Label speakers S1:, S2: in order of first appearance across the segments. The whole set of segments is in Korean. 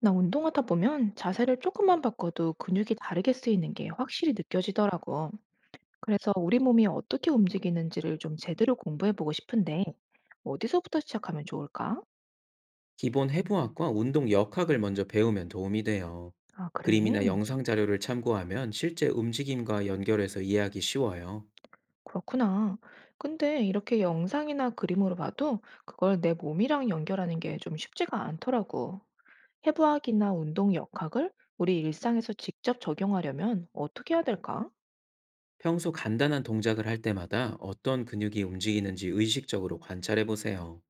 S1: 나 운동하다 보면 자세를 조금만 바꿔도 근육이 다르게 쓰이는 게 확실히 느껴지더라고. 그래서 우리 몸이 어떻게 움직이는지를 좀 제대로 공부해 보고 싶은데, 어디서부터 시작하면 좋을까?
S2: 기본 해부학과 운동 역학을 먼저 배우면 도움이 돼요.
S1: 아, 그래.
S2: 그림이나 영상 자료를 참고하면 실제 움직임과 연결해서 이해하기 쉬워요.
S1: 그렇구나. 근데 이렇게 영상이나 그림으로 봐도 그걸 내 몸이랑 연결하는 게 좀 쉽지가 않더라고. 해부학이나 운동 역학을 우리 일상에서 직접 적용하려면 어떻게 해야 될까?
S2: 평소 간단한 동작을 할 때마다 어떤 근육이 움직이는지 의식적으로 관찰해 보세요.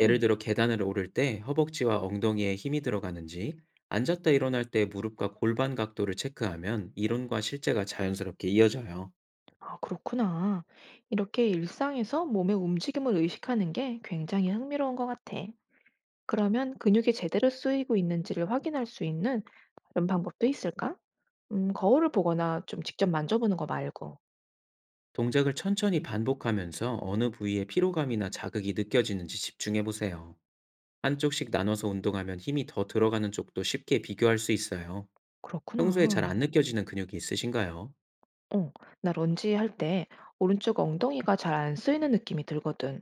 S2: 예를 들어 계단을 오를 때 허벅지와 엉덩이에 힘이 들어가는지, 앉았다 일어날 때 무릎과 골반 각도를 체크하면 이론과 실제가 자연스럽게 이어져요.
S1: 아, 그렇구나. 이렇게 일상에서 몸의 움직임을 의식하는 게 굉장히 흥미로운 것 같아. 그러면 근육이 제대로 쓰이고 있는지를 확인할 수 있는 다른 방법도 있을까? 거울을 보거나 좀 직접 만져보는 거 말고.
S2: 동작을 천천히 반복하면서 어느 부위에 피로감이나 자극이 느껴지는지 집중해 보세요. 한쪽씩 나눠서 운동하면 힘이 더 들어가는 쪽도 쉽게 비교할 수 있어요. 평소에 잘 안
S1: 그렇구나.
S2: 느껴지는 근육이 있으신가요?
S1: 어, 나 런지 할 때 오른쪽 엉덩이가 잘 안 쓰이는 느낌이 들거든.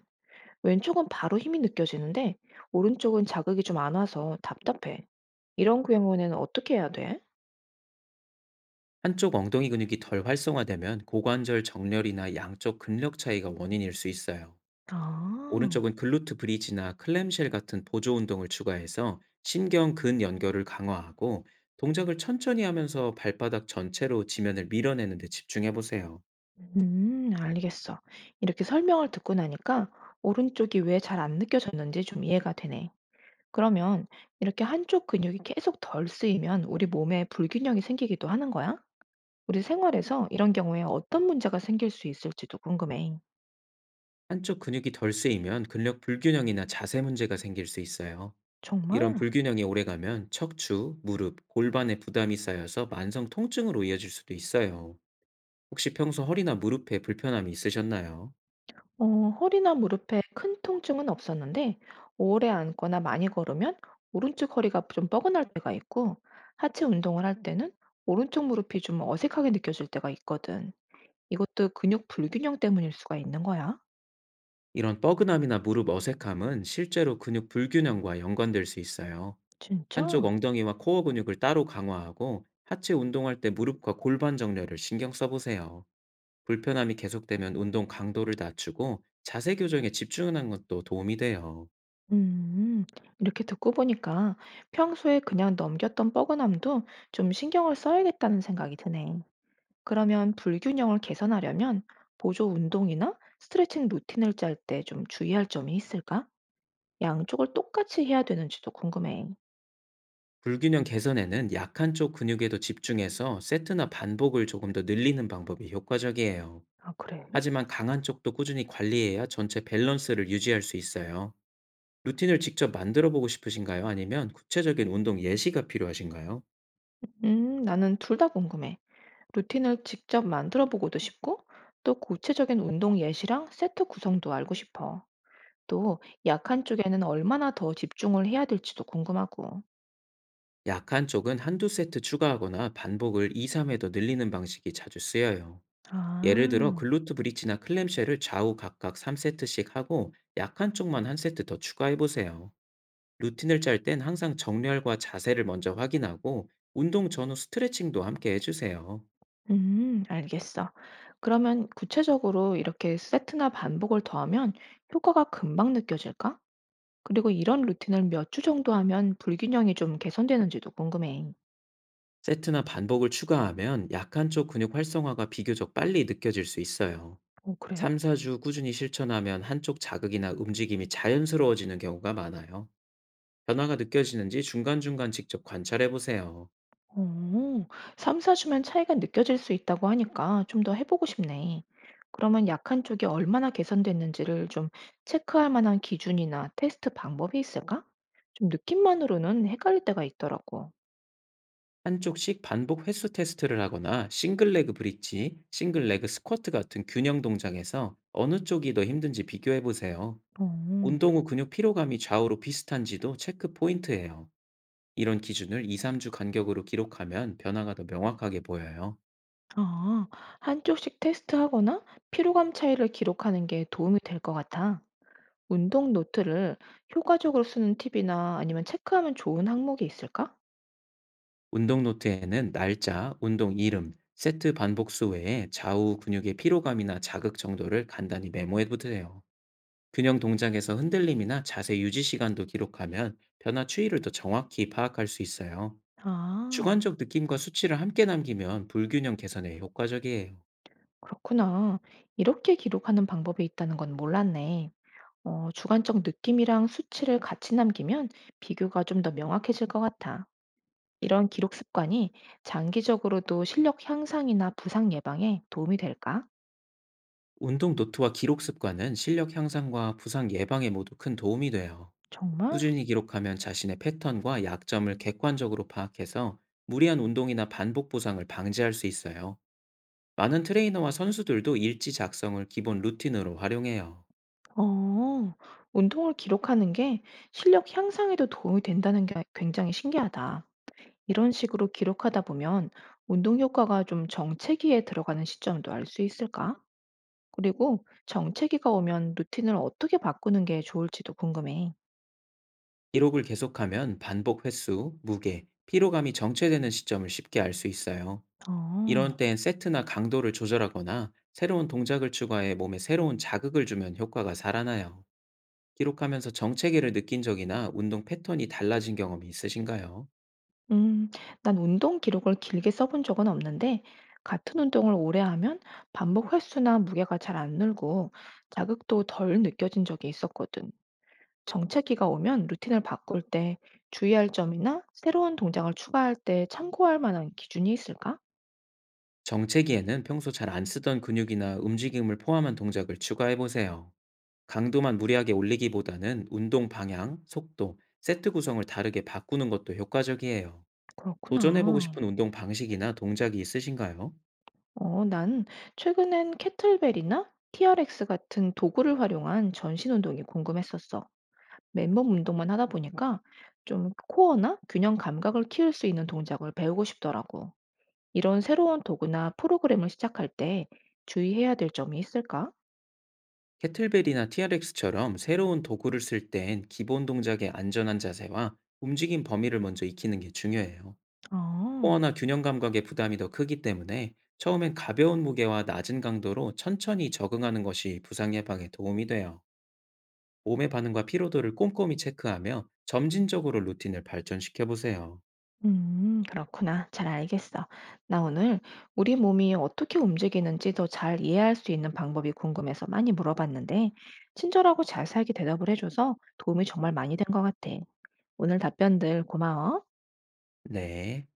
S1: 왼쪽은 바로 힘이 느껴지는데 오른쪽은 자극이 좀 안 와서 답답해. 이런 경우에는 어떻게 해야 돼?
S2: 한쪽 엉덩이 근육이 덜 활성화되면 고관절 정렬이나 양쪽 근력 차이가 원인일 수 있어요.
S1: 아.
S2: 오른쪽은 글루트 브리지나 클램쉘 같은 보조 운동을 추가해서 신경 근 연결을 강화하고 동작을 천천히 하면서 발바닥 전체로 지면을 밀어내는 데 집중해 보세요.
S1: 알겠어. 이렇게 설명을 듣고 나니까 오른쪽이 왜 잘 안 느껴졌는지 좀 이해가 되네. 그러면 이렇게 한쪽 근육이 계속 덜 쓰이면 우리 몸에 불균형이 생기기도 하는 거야? 우리 생활에서 이런 경우에 어떤 문제가 생길 수 있을지도 궁금해.
S2: 한쪽 근육이 덜 쓰이면 근력 불균형이나 자세 문제가 생길 수 있어요. 이런
S1: 정말?
S2: 불균형이 오래가면 척추, 무릎, 골반에 부담이 쌓여서 만성 통증으로 이어질 수도 있어요. 혹시 평소 허리나 무릎에 불편함이 있으셨나요?
S1: 어, 허리나 무릎에 큰 통증은 없었는데 오래 앉거나 많이 걸으면 오른쪽 허리가 좀 뻐근할 때가 있고 하체 운동을 할 때는 오른쪽 무릎이 좀 어색하게 느껴질 때가 있거든. 이것도 근육 불균형 때문일 수가 있는 거야?
S2: 이런 뻐근함이나 무릎 어색함은 실제로 근육 불균형과 연관될 수 있어요. 한쪽
S1: 진짜?
S2: 엉덩이와 코어 근육을 따로 강화하고 하체 운동할 때 무릎과 골반 정렬을 신경 써보세요. 불편함이 계속되면 운동 강도를 낮추고 자세 교정에 집중하는 것도 도움이 돼요.
S1: 음, 이렇게 듣고 보니까 평소에 그냥 넘겼던 뻐근함도 좀 신경을 써야겠다는 생각이 드네. 그러면 불균형을 개선하려면 보조 운동이나 스트레칭 루틴을 짤 때 좀 주의할 점이 있을까? 양쪽을 똑같이 해야 되는지도 궁금해.
S2: 불균형 개선에는 약한 쪽 근육에도 집중해서 세트나 반복을 조금 더 늘리는 방법이 효과적이에요.
S1: 아, 그래?
S2: 하지만 강한 쪽도 꾸준히 관리해야 전체 밸런스를 유지할 수 있어요. 루틴을 직접 만들어 보고 싶으신가요? 아니면 구체적인 운동 예시가 필요하신가요?
S1: 나는 둘 다 궁금해. 루틴을 직접 만들어 보고도 싶고, 또 구체적인 운동 예시랑 세트 구성도 알고 싶어. 또 약한 쪽에는 얼마나 더 집중을 해야 될지도 궁금하고.
S2: 약한 쪽은 한두 세트 추가하거나 반복을 2, 3회 더 늘리는 방식이 자주 쓰여요. 예를 들어
S1: 아.
S2: 글루트 브릿지나 클램쉘을 좌우 각각 3세트씩 하고 약한 쪽만 한 세트 더 추가해 보세요. 루틴을 짤 땐 항상 정렬과 자세를 먼저 확인하고 운동 전후 스트레칭도 함께 해주세요.
S1: 알겠어. 그러면 구체적으로 이렇게 세트나 반복을 더하면 효과가 금방 느껴질까? 그리고 이런 루틴을 몇 주 정도 하면 불균형이 좀 개선되는지도 궁금해.
S2: 세트나 반복을 추가하면 약한 쪽 근육 활성화가 비교적 빨리 느껴질 수 있어요.
S1: 오, 그래?
S2: 3, 4주 꾸준히 실천하면 한쪽 자극이나 움직임이 자연스러워지는 경우가 많아요. 변화가 느껴지는지 중간중간 직접 관찰해 보세요.
S1: 오, 3-4주면 차이가 느껴질 수 있다고 하니까 좀 더 해보고 싶네. 그러면 약한 쪽이 얼마나 개선됐는지를 좀 체크할 만한 기준이나 테스트 방법이 있을까? 좀 느낌만으로는 헷갈릴 때가 있더라고.
S2: 한쪽씩 반복 횟수 테스트를 하거나 싱글레그 브릿지, 싱글레그 스쿼트 같은 균형 동작에서 어느 쪽이 더 힘든지 비교해 보세요.
S1: 어,
S2: 운동 후 근육 피로감이 좌우로 비슷한지도 체크 포인트예요. 이런 기준을 2~3주 간격으로 기록하면 변화가 더 명확하게 보여요.
S1: 아, 한쪽씩 테스트하거나 피로감 차이를 기록하는 게 도움이 될 것 같아. 운동 노트를 효과적으로 쓰는 팁이나 아니면 체크하면 좋은 항목이 있을까?
S2: 운동 노트에는 날짜, 운동 이름, 세트 반복 수 외에 좌우 근육의 피로감이나 자극 정도를 간단히 메모해 두세요. 균형 동작에서 흔들림이나 자세 유지 시간도 기록하면 변화 추이를 더 정확히 파악할 수 있어요.
S1: 아.
S2: 주관적 느낌과 수치를 함께 남기면 불균형 개선에 효과적이에요.
S1: 그렇구나. 이렇게 기록하는 방법이 있다는 건 몰랐네. 어, 주관적 느낌이랑 수치를 같이 남기면 비교가 좀 더 명확해질 것 같아. 이런 기록 습관이 장기적으로도 실력 향상이나 부상 예방에 도움이 될까?
S2: 운동 노트와 기록 습관은 실력 향상과 부상 예방에 모두 큰 도움이 돼요.
S1: 정말?
S2: 꾸준히 기록하면 자신의 패턴과 약점을 객관적으로 파악해서 무리한 운동이나 반복 부상을 방지할 수 있어요. 많은 트레이너와 선수들도 일지 작성을 기본 루틴으로 활용해요.
S1: 어, 운동을 기록하는 게 실력 향상에도 도움이 된다는 게 굉장히 신기하다. 이런 식으로 기록하다 보면 운동 효과가 좀 정체기에 들어가는 시점도 알 수 있을까? 그리고 정체기가 오면 루틴을 어떻게 바꾸는 게 좋을지도 궁금해.
S2: 기록을 계속하면 반복 횟수, 무게, 피로감이 정체되는 시점을 쉽게 알 수 있어요. 이런
S1: 어,
S2: 때엔 세트나 강도를 조절하거나 새로운 동작을 추가해 몸에 새로운 자극을 주면 효과가 살아나요. 기록하면서 정체기를 느낀 적이나 운동 패턴이 달라진 경험이 있으신가요?
S1: 음, 난 운동 기록을 길게 써본 적은 없는데, 같은 운동을 오래 하면 반복 횟수나 무게가 잘 안 늘고 자극도 덜 느껴진 적이 있었거든. 정체기가 오면 루틴을 바꿀 때 주의할 점이나 새로운 동작을 추가할 때 참고할 만한 기준이 있을까?
S2: 정체기에는 평소 잘 안 쓰던 근육이나 움직임을 포함한 동작을 추가해 보세요. 강도만 무리하게 올리기보다는 운동 방향, 속도, 세트 구성을 다르게 바꾸는 것도 효과적이에요. 도전해 보고
S1: 그렇구나.
S2: 싶은 운동 방식이나 동작이 있으신가요?
S1: 어, 난 최근엔 캐틀벨이나 TRX 같은 도구를 활용한 전신 운동이 궁금했었어. 맨몸 운동만 하다 보니까 좀 코어나 균형 감각을 키울 수 있는 동작을 배우고 싶더라고. 이런 새로운 도구나 프로그램을 시작할 때 주의해야 될 점이 있을까?
S2: 캐틀벨이나 TRX처럼 새로운 도구를 쓸 땐 기본 동작의 안전한 자세와 움직임 범위를 먼저 익히는 게 중요해요.
S1: 아,
S2: 코어나 균형 감각의 부담이 더 크기 때문에 처음엔 가벼운 무게와 낮은 강도로 천천히 적응하는 것이 부상 예방에 도움이 돼요. 몸의 반응과 피로도를 꼼꼼히 체크하며 점진적으로 루틴을 발전시켜 보세요.
S1: 그렇구나. 잘 알겠어. 나 오늘 우리 몸이 어떻게 움직이는지 더 잘 이해할 수 있는 방법이 궁금해서 많이 물어봤는데, 친절하고 자세하게 대답을 해줘서 도움이 정말 많이 된 것 같아. 오늘 답변들 고마워.
S2: 네.